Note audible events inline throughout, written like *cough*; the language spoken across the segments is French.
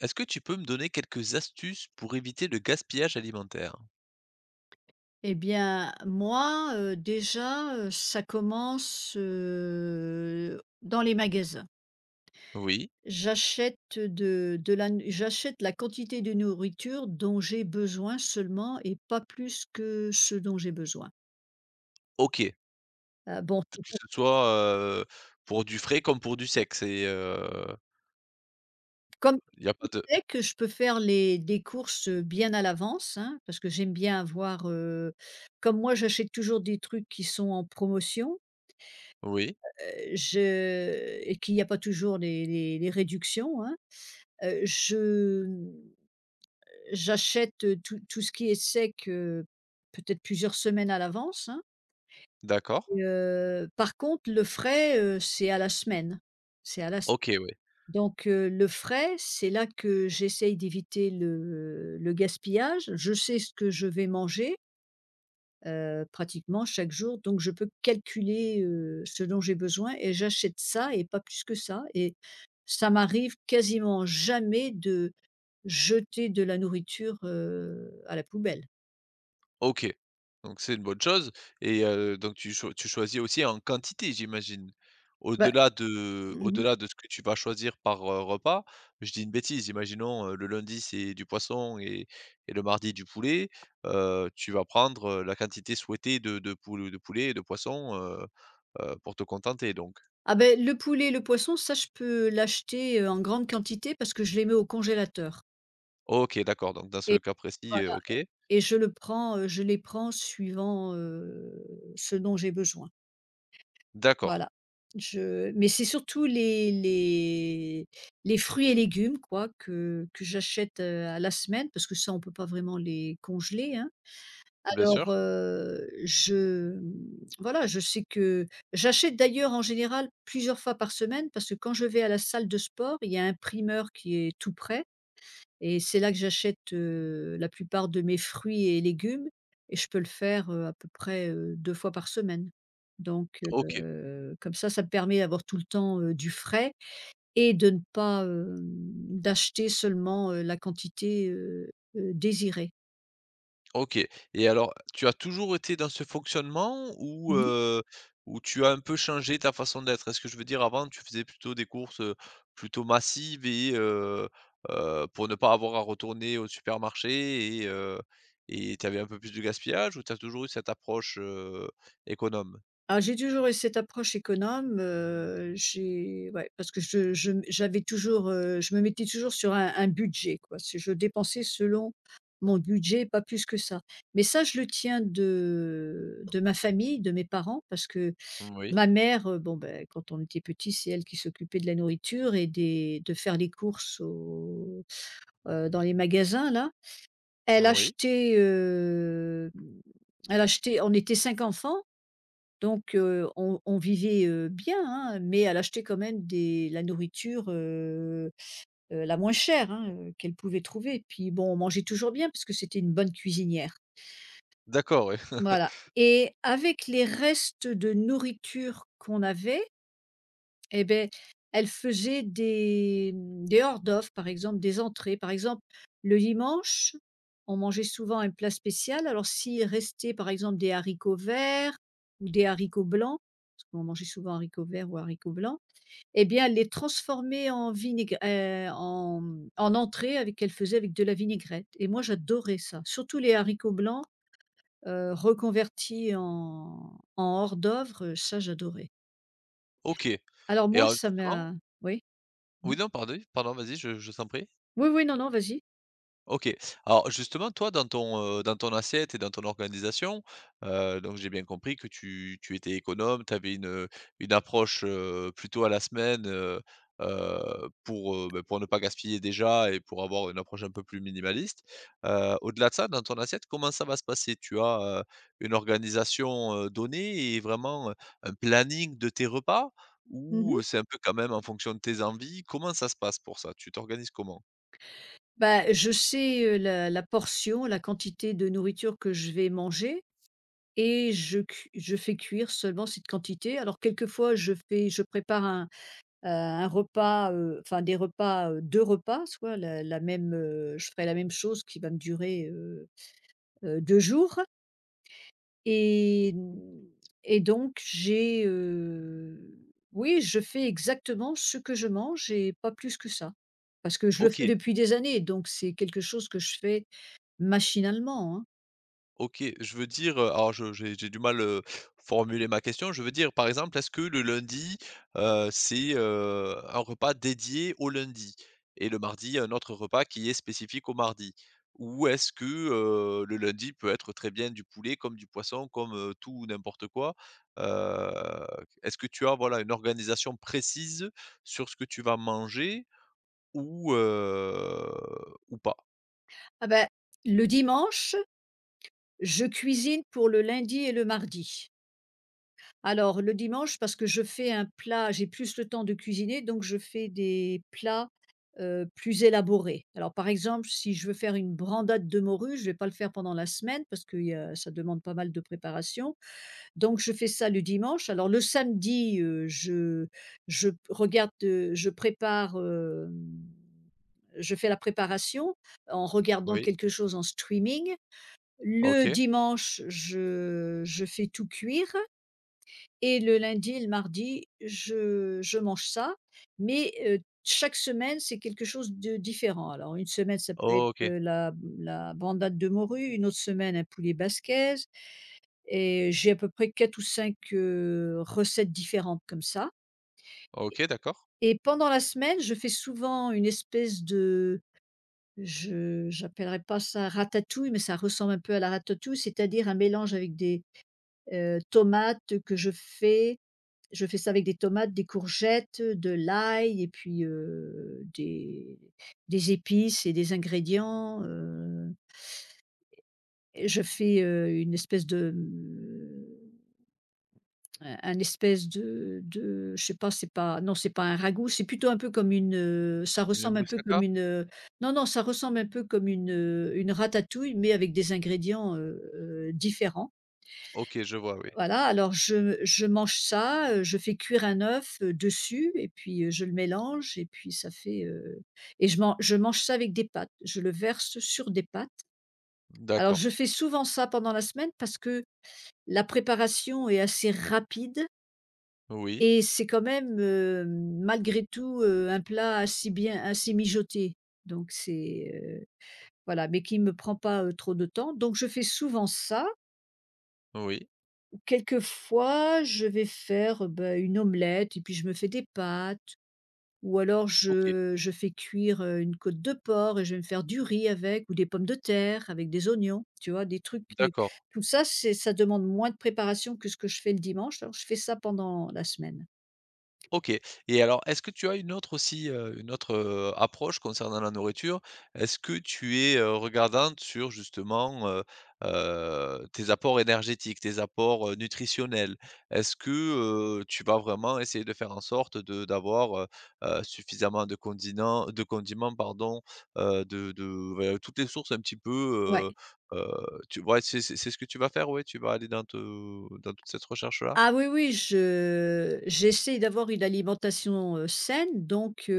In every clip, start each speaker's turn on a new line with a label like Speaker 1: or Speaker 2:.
Speaker 1: Est-ce que tu peux me donner quelques astuces pour éviter le gaspillage alimentaire?
Speaker 2: Eh bien, moi, déjà, ça commence, dans les magasins.
Speaker 1: Oui,
Speaker 2: J'achète la quantité de nourriture dont j'ai besoin seulement et pas plus que ce dont j'ai besoin.
Speaker 1: OK.
Speaker 2: Bon, *laughs*
Speaker 1: Que ce soit, heu, pour du frais comme pour du sec, c'est,
Speaker 2: comme
Speaker 1: il n'y a pas de
Speaker 2: c'est que je peux faire les des courses, bien à l'avance, hein, parce que j'aime bien avoir, comme moi, j'achète toujours des trucs qui sont en promotion,
Speaker 1: oui,
Speaker 2: je et qu'il n'y a pas toujours les réductions, hein. Je j'achète, tout ce qui est sec, peut-être plusieurs semaines à l'avance, hein,
Speaker 1: d'accord.
Speaker 2: et, par contre le frais, c'est à la semaine. C'est à la s
Speaker 1: OK, ouais.
Speaker 2: Donc, le frais, c'est là que j'essaye d'éviter le gaspillage. Je sais ce que je vais manger, pratiquement chaque jour, donc je peux calculer, ce dont j'ai besoin et j'achète ça et pas plus que ça, et ça m'arrive quasiment jamais de jeter de la nourriture, à la poubelle.
Speaker 1: OK, donc c'est une bonne chose et donc tu choisis aussi en quantité, j'imagine?
Speaker 2: Bah.
Speaker 1: Au-delà de
Speaker 2: Mmh.
Speaker 1: au-delà de ce que tu vas choisir par, repas, je dis une bêtise, imaginons, le lundi, c'est du poisson et le mardi du poulet, tu vas prendre, la quantité souhaitée de poulet et de poisson, pour te contenter donc?
Speaker 2: Ah ben, le poulet, le poisson, ça je peux l'acheter, en grande quantité parce que je les mets au congélateur.
Speaker 1: OK, d'accord, donc dans ce
Speaker 2: Et
Speaker 1: cas précis,
Speaker 2: voilà,
Speaker 1: OK.
Speaker 2: et je les prends suivant, ce dont j'ai besoin.
Speaker 1: D'accord,
Speaker 2: Voilà. Je Mais c'est surtout les fruits et légumes quoi que j'achète, à la semaine parce que ça on peut pas vraiment les congeler, hein.
Speaker 1: bien
Speaker 2: Alors,
Speaker 1: sûr.
Speaker 2: voilà, je sais que j'achète d'ailleurs en général plusieurs fois par semaine parce que quand je vais à la salle de sport, il y a un primeur qui est tout près, et c'est là que j'achète, la plupart de mes fruits et légumes, et je peux le faire, à peu près, 2 fois par semaine. Donc,
Speaker 1: OK.
Speaker 2: comme ça me permet d'avoir tout le temps, du frais et de ne pas, d'acheter seulement, la quantité, désirée.
Speaker 1: OK et alors, tu as toujours été dans ce fonctionnement ou tu as un peu changé ta façon d'être? Est-ce que, je veux dire, avant tu faisais plutôt des courses, plutôt massives et pour ne pas avoir à retourner au supermarché et tu avais un peu plus de gaspillage ou tu as toujours eu cette approche, économe?
Speaker 2: Ah, j'ai toujours eu cette approche économe, j'ai ouais, parce que je j'avais toujours, je me mettais toujours sur un budget, quoi. C'est je dépensais selon mon budget, pas plus que ça. Mais ça, je le tiens de ma famille, de mes parents, parce que
Speaker 1: Oui,
Speaker 2: ma mère, bon, ben, quand on était petits, c'est elle qui s'occupait de la nourriture et des de faire les courses au dans les magasins, là. Elle
Speaker 1: oui.
Speaker 2: achetait, hem, elle achetait. On était 5 enfants, donc, on vivait, bien, hein, mais elle achetait quand même des la nourriture, la moins chère, hein, qu'elle pouvait trouver. Puis bon, on mangeait toujours bien parce que c'était une bonne cuisinière.
Speaker 1: D'accord, oui. *laughs*
Speaker 2: Voilà, et avec les restes de nourriture qu'on avait, eh ben, elle faisait des hors-d'œuvre, par exemple, des entrées. Par exemple, le dimanche, on mangeait souvent un plat spécial. Alors, s'il restait, par exemple, des haricots verts ou des haricots blancs, parce qu'on mangeait souvent haricots verts ou haricots blancs, eh bien, elle les transformait en entrée avec qu'elle faisait avec de la vinaigrette, et moi j'adorais ça. Surtout les haricots blancs, reconvertis en hors-d'œuvre, ça j'adorais.
Speaker 1: OK et
Speaker 2: Alors moi
Speaker 1: alors
Speaker 2: ça
Speaker 1: justement
Speaker 2: m'a. Oui?
Speaker 1: oui, non, pardon, pardon, vas-y, je t'en prie.
Speaker 2: Oui, oui, non, non, vas-y.
Speaker 1: OK. Alors justement, toi, dans ton assiette et dans ton organisation, donc j'ai bien compris que tu étais économe, tu avais une approche, plutôt à la semaine, pour, bah, pour ne pas gaspiller déjà et pour avoir une approche un peu plus minimaliste. Au-delà de ça, dans ton assiette, comment ça va se passer? Tu as, une organisation, donnée et vraiment, un planning de tes repas? Ou,
Speaker 2: Mmh.
Speaker 1: c'est un peu quand même en fonction de tes envies? Comment ça se passe pour ça? Tu t'organises comment?
Speaker 2: Bah, je sais, la portion, la quantité de nourriture que je vais manger, et je fais cuire seulement cette quantité. Alors quelquefois je prépare un repas, enfin des repas, 2 repas, soit la même, je ferai la même chose qui va me durer, 2 jours, et mmh et donc j'ai, oui, je fais exactement ce que je mange et pas plus que ça. Parce que je le fais
Speaker 1: OK.
Speaker 2: depuis des années, donc c'est quelque chose que je fais machinalement, hein.
Speaker 1: OK, je veux dire, alors je j'ai du mal, formuler ma question. Je veux dire, par exemple, est-ce que le lundi, c'est, un repas dédié au lundi et le mardi, un autre repas qui est spécifique au mardi? Ou est-ce que, le lundi peut être très bien du poulet comme du poisson, comme, tout ou n'importe quoi? Heu, est-ce que tu as, voilà, une organisation précise sur ce que tu vas manger ou, heu, ou pas?
Speaker 2: Ah ben, le dimanche, je cuisine pour le lundi et le mardi. Alors, le dimanche, parce que je fais un plat j'ai plus le temps de cuisiner, donc je fais des plats, plus élaborés. Alors, par exemple, si je veux faire une brandade de morue, je ne vais pas le faire pendant la semaine parce que y a ça demande pas mal de préparation, donc je fais ça le dimanche. Alors, le samedi, je regarde, je fais la préparation en regardant
Speaker 1: Oui.
Speaker 2: quelque chose en streaming. Le
Speaker 1: OK.
Speaker 2: dimanche, je fais tout cuire, et le lundi et le mardi, je mange ça, mais, chaque semaine, c'est quelque chose de différent. Alors une semaine, ça peut être,
Speaker 1: OK.
Speaker 2: la bandade de morue, une autre semaine, un poulet basquez, et j'ai à peu près 4 ou 5 recettes différentes comme ça.
Speaker 1: OK, d'accord.
Speaker 2: Et pendant la semaine, je fais souvent une espèce de, je j'appellerais pas ça ratatouille, mais ça ressemble un peu à la ratatouille, c'est-à-dire un mélange avec des tomates que je fais. Je fais ça avec des tomates, des courgettes, de l'ail, et puis, des épices et des ingrédients, et je fais, une espèce de, un espèce de je sais pas, c'est pas non, c'est pas un ragoût, c'est plutôt un peu comme une, ça
Speaker 1: Une
Speaker 2: ressemble un peu
Speaker 1: moussaka?
Speaker 2: comme une, non, non, ça ressemble un peu comme une ratatouille mais avec des ingrédients, différents.
Speaker 1: OK, je vois, oui.
Speaker 2: Voilà, alors je mange ça, je fais cuire un œuf, dessus et puis, je le mélange et puis et je mange ça avec des pâtes. Je le verse sur des pâtes. Alors,
Speaker 1: D'accord.
Speaker 2: je fais souvent ça pendant la semaine parce que la préparation est assez rapide,
Speaker 1: Oui,
Speaker 2: et c'est quand même, malgré tout, un plat assez mijoté, donc c'est, voilà, mais qui ne me prend pas, trop de temps, donc je fais souvent ça.
Speaker 1: oui.
Speaker 2: Quelquefois, je vais faire, bah, une omelette et puis je me fais des pâtes, ou alors
Speaker 1: OK,
Speaker 2: je fais cuire, une côte de porc et je vais me faire du riz avec, ou des pommes de terre avec des oignons, tu vois? Des trucs qui
Speaker 1: d'accord.
Speaker 2: Tout ça, c'est ça demande moins de préparation que ce que je fais le dimanche, alors je fais ça pendant la semaine.
Speaker 1: OK et alors, est-ce que tu as une autre aussi, une autre, approche concernant la nourriture? Est-ce que tu es, regardante sur justement, tes apports énergétiques, tes apports, nutritionnels? Est-ce que, tu vas vraiment essayer de faire en sorte de d'avoir, suffisamment de condiments, pardon, de bah, toutes les sources un petit
Speaker 2: Ouais.
Speaker 1: peu, heu heu, tu vois? C'est ce que tu vas faire, ouais? Tu vas aller dans te dans toute cette recherche-là?
Speaker 2: Ah oui, oui, je j'essaie d'avoir une alimentation, saine. Donc,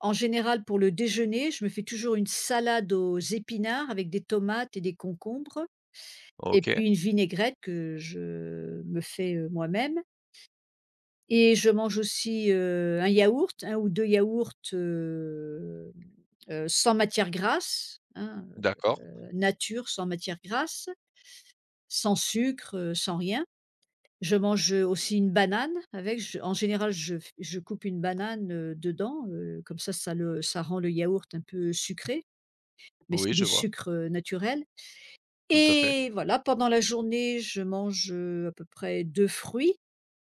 Speaker 2: en général, pour le déjeuner, je me fais toujours une salade aux épinards avec des tomates et des concombres, et
Speaker 1: OK,
Speaker 2: puis une vinaigrette que je me fais, moi-même, et je mange aussi, un yaourt, un ou 2 yaourts, sans matière grasse, hein,
Speaker 1: d'accord.
Speaker 2: nature sans matière grasse, sans sucre, sans rien. Je mange aussi une banane avec, je en général, je coupe une banane, dedans, comme ça le ça rend le yaourt un peu sucré. Mais
Speaker 1: Oui,
Speaker 2: c'est
Speaker 1: je
Speaker 2: du
Speaker 1: vois.
Speaker 2: sucre, naturel.
Speaker 1: Tout à fait.
Speaker 2: Et voilà, pendant la journée, je mange, à peu près 2 fruits,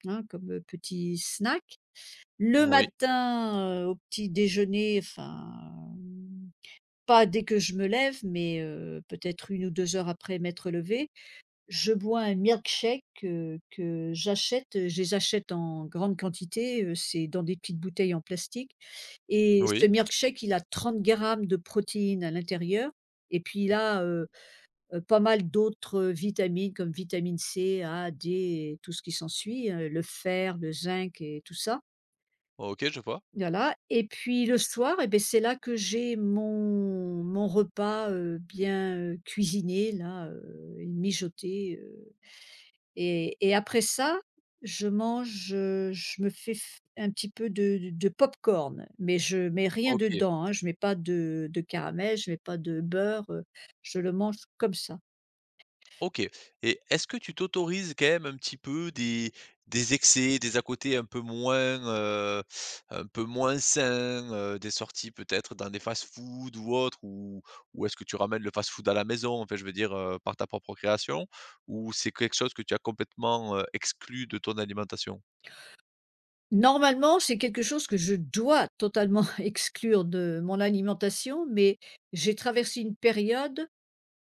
Speaker 2: hein, comme, petit snack. Le
Speaker 1: Oui,
Speaker 2: matin, au petit déjeuner, enfin, pas dès que je me lève, mais, peut-être une ou 2 heures après m'être levée, je bois un milkshake, que j'achète, je les achète en grande quantité, c'est dans des petites bouteilles en plastique. Et
Speaker 1: oui.
Speaker 2: ce milkshake, il a 30 grammes de protéines à l'intérieur. Et puis là, pas mal d'autres, vitamines comme vitamine C, A, D et tout ce qui s'ensuit, le fer, le zinc et tout ça.
Speaker 1: OK, je vois.
Speaker 2: Voilà, et puis le soir, et beh, c'est là que j'ai mon repas, bien, cuisiné là, et mijoté, et après ça, je mange, je me fais f un petit peu de pop-corn, mais je mets rien
Speaker 1: OK,
Speaker 2: dedans, hein. Je mets pas de caramel, je mets pas de beurre, je le mange comme ça.
Speaker 1: OK et est-ce que tu t'autorises quand même un petit peu des excès, des à côté un peu moins sains, des sorties peut-être dans des fast-food ou autre? Ou est-ce que tu ramènes le fast-food à la maison? En fait, je veux dire, par ta propre création? Ou c'est quelque chose que tu as complètement, exclu de ton alimentation?
Speaker 2: Normalement, c'est quelque chose que je dois totalement *laughs* exclure de mon alimentation, mais j'ai traversé une période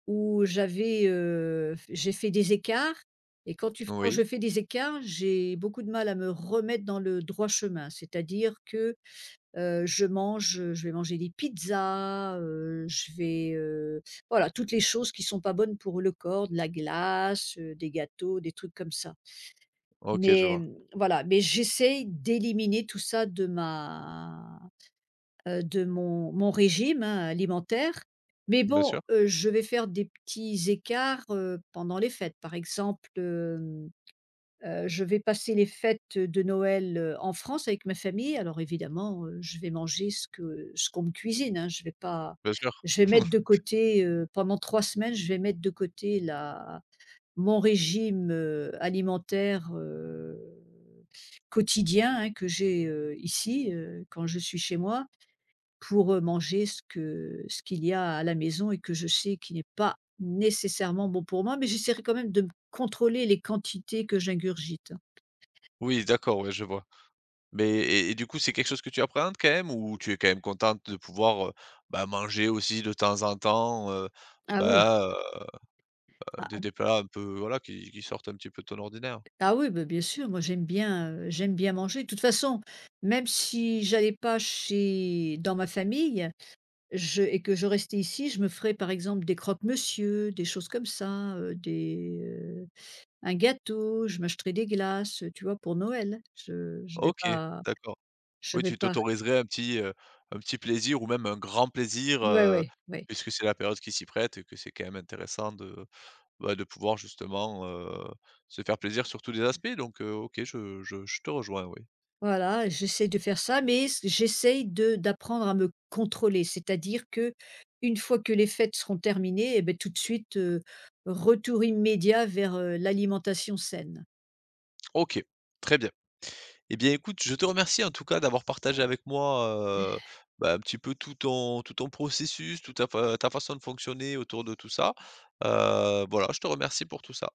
Speaker 2: où j'ai fait des écarts, et quand tu quand
Speaker 1: Oui,
Speaker 2: je fais des écarts, j'ai beaucoup de mal à me remettre dans le droit chemin. C'est-à-dire que, je vais manger des pizzas, voilà, toutes les choses qui sont pas bonnes pour le corps, de la glace, des gâteaux, des trucs comme ça.
Speaker 1: OK, je
Speaker 2: Mais,
Speaker 1: vois.
Speaker 2: voilà, mais j'essaye d'éliminer tout ça de mon régime, hein, alimentaire. Mais
Speaker 1: Bien
Speaker 2: bon,
Speaker 1: sûr,
Speaker 2: je vais faire des petits écarts, pendant les fêtes. Par exemple, je vais passer les fêtes de Noël, en France avec ma famille. Alors évidemment, je vais manger ce qu'on me cuisine, hein. Je vais pas
Speaker 1: bien sûr.
Speaker 2: je vais mettre de
Speaker 1: *laughs*
Speaker 2: côté, pendant 3 semaines, je vais mettre de côté la mon régime, alimentaire, quotidien, hein, que j'ai, ici, quand je suis chez moi pour, manger ce qu'il y a à la maison, et que je sais qui n'est pas nécessairement bon pour moi, mais j'essaierai quand même de me contrôler les quantités que j'ingurgite, hein.
Speaker 1: Oui, d'accord, ouais, je vois. Mais et du coup, c'est quelque chose que tu appréhendes quand même ou tu es quand même contente de pouvoir, bah, manger aussi de temps en temps,
Speaker 2: Ah oui.
Speaker 1: bah,
Speaker 2: Ah ah
Speaker 1: des plats un peu, voilà, qui sortent un petit peu de ton ordinaire?
Speaker 2: ah oui, bah, bien sûr, moi j'aime bien manger. De toute façon, même si j'allais pas chez dans ma famille, Je et que je restais ici, je me ferais par exemple des croque-monsieur, des choses comme ça, un gâteau, je m'achèterais des glaces, tu vois? Pour Noël. Je je vais
Speaker 1: OK,
Speaker 2: pas
Speaker 1: d'accord.
Speaker 2: je
Speaker 1: Oui,
Speaker 2: vais
Speaker 1: tu
Speaker 2: pas
Speaker 1: t'autoriserais un petit plaisir ou même un grand plaisir,
Speaker 2: Ouais, ouais, ouais.
Speaker 1: puisque c'est la période qui s'y prête et que c'est quand même intéressant de, bah, de pouvoir justement, se faire plaisir sur tous les aspects donc OK, je te rejoins, oui.
Speaker 2: Voilà, j'essaie de faire ça, mais c j'essaie de d'apprendre à me contrôler. C'est-à-dire que une fois que les fêtes seront terminées, et beh, tout de suite, retour immédiat vers, l'alimentation saine.
Speaker 1: OK, très bien. Eh bien, écoute, je te remercie en tout cas d'avoir partagé avec moi, heu, bah, un petit peu tout ton processus, toute ta façon de fonctionner autour de tout ça. Voilà, je te remercie pour tout ça.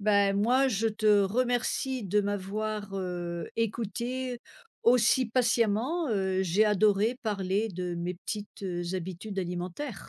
Speaker 2: Ben, moi, je te remercie de m'avoir, écoutée aussi patiemment, j'ai adoré parler de mes petites, habitudes alimentaires.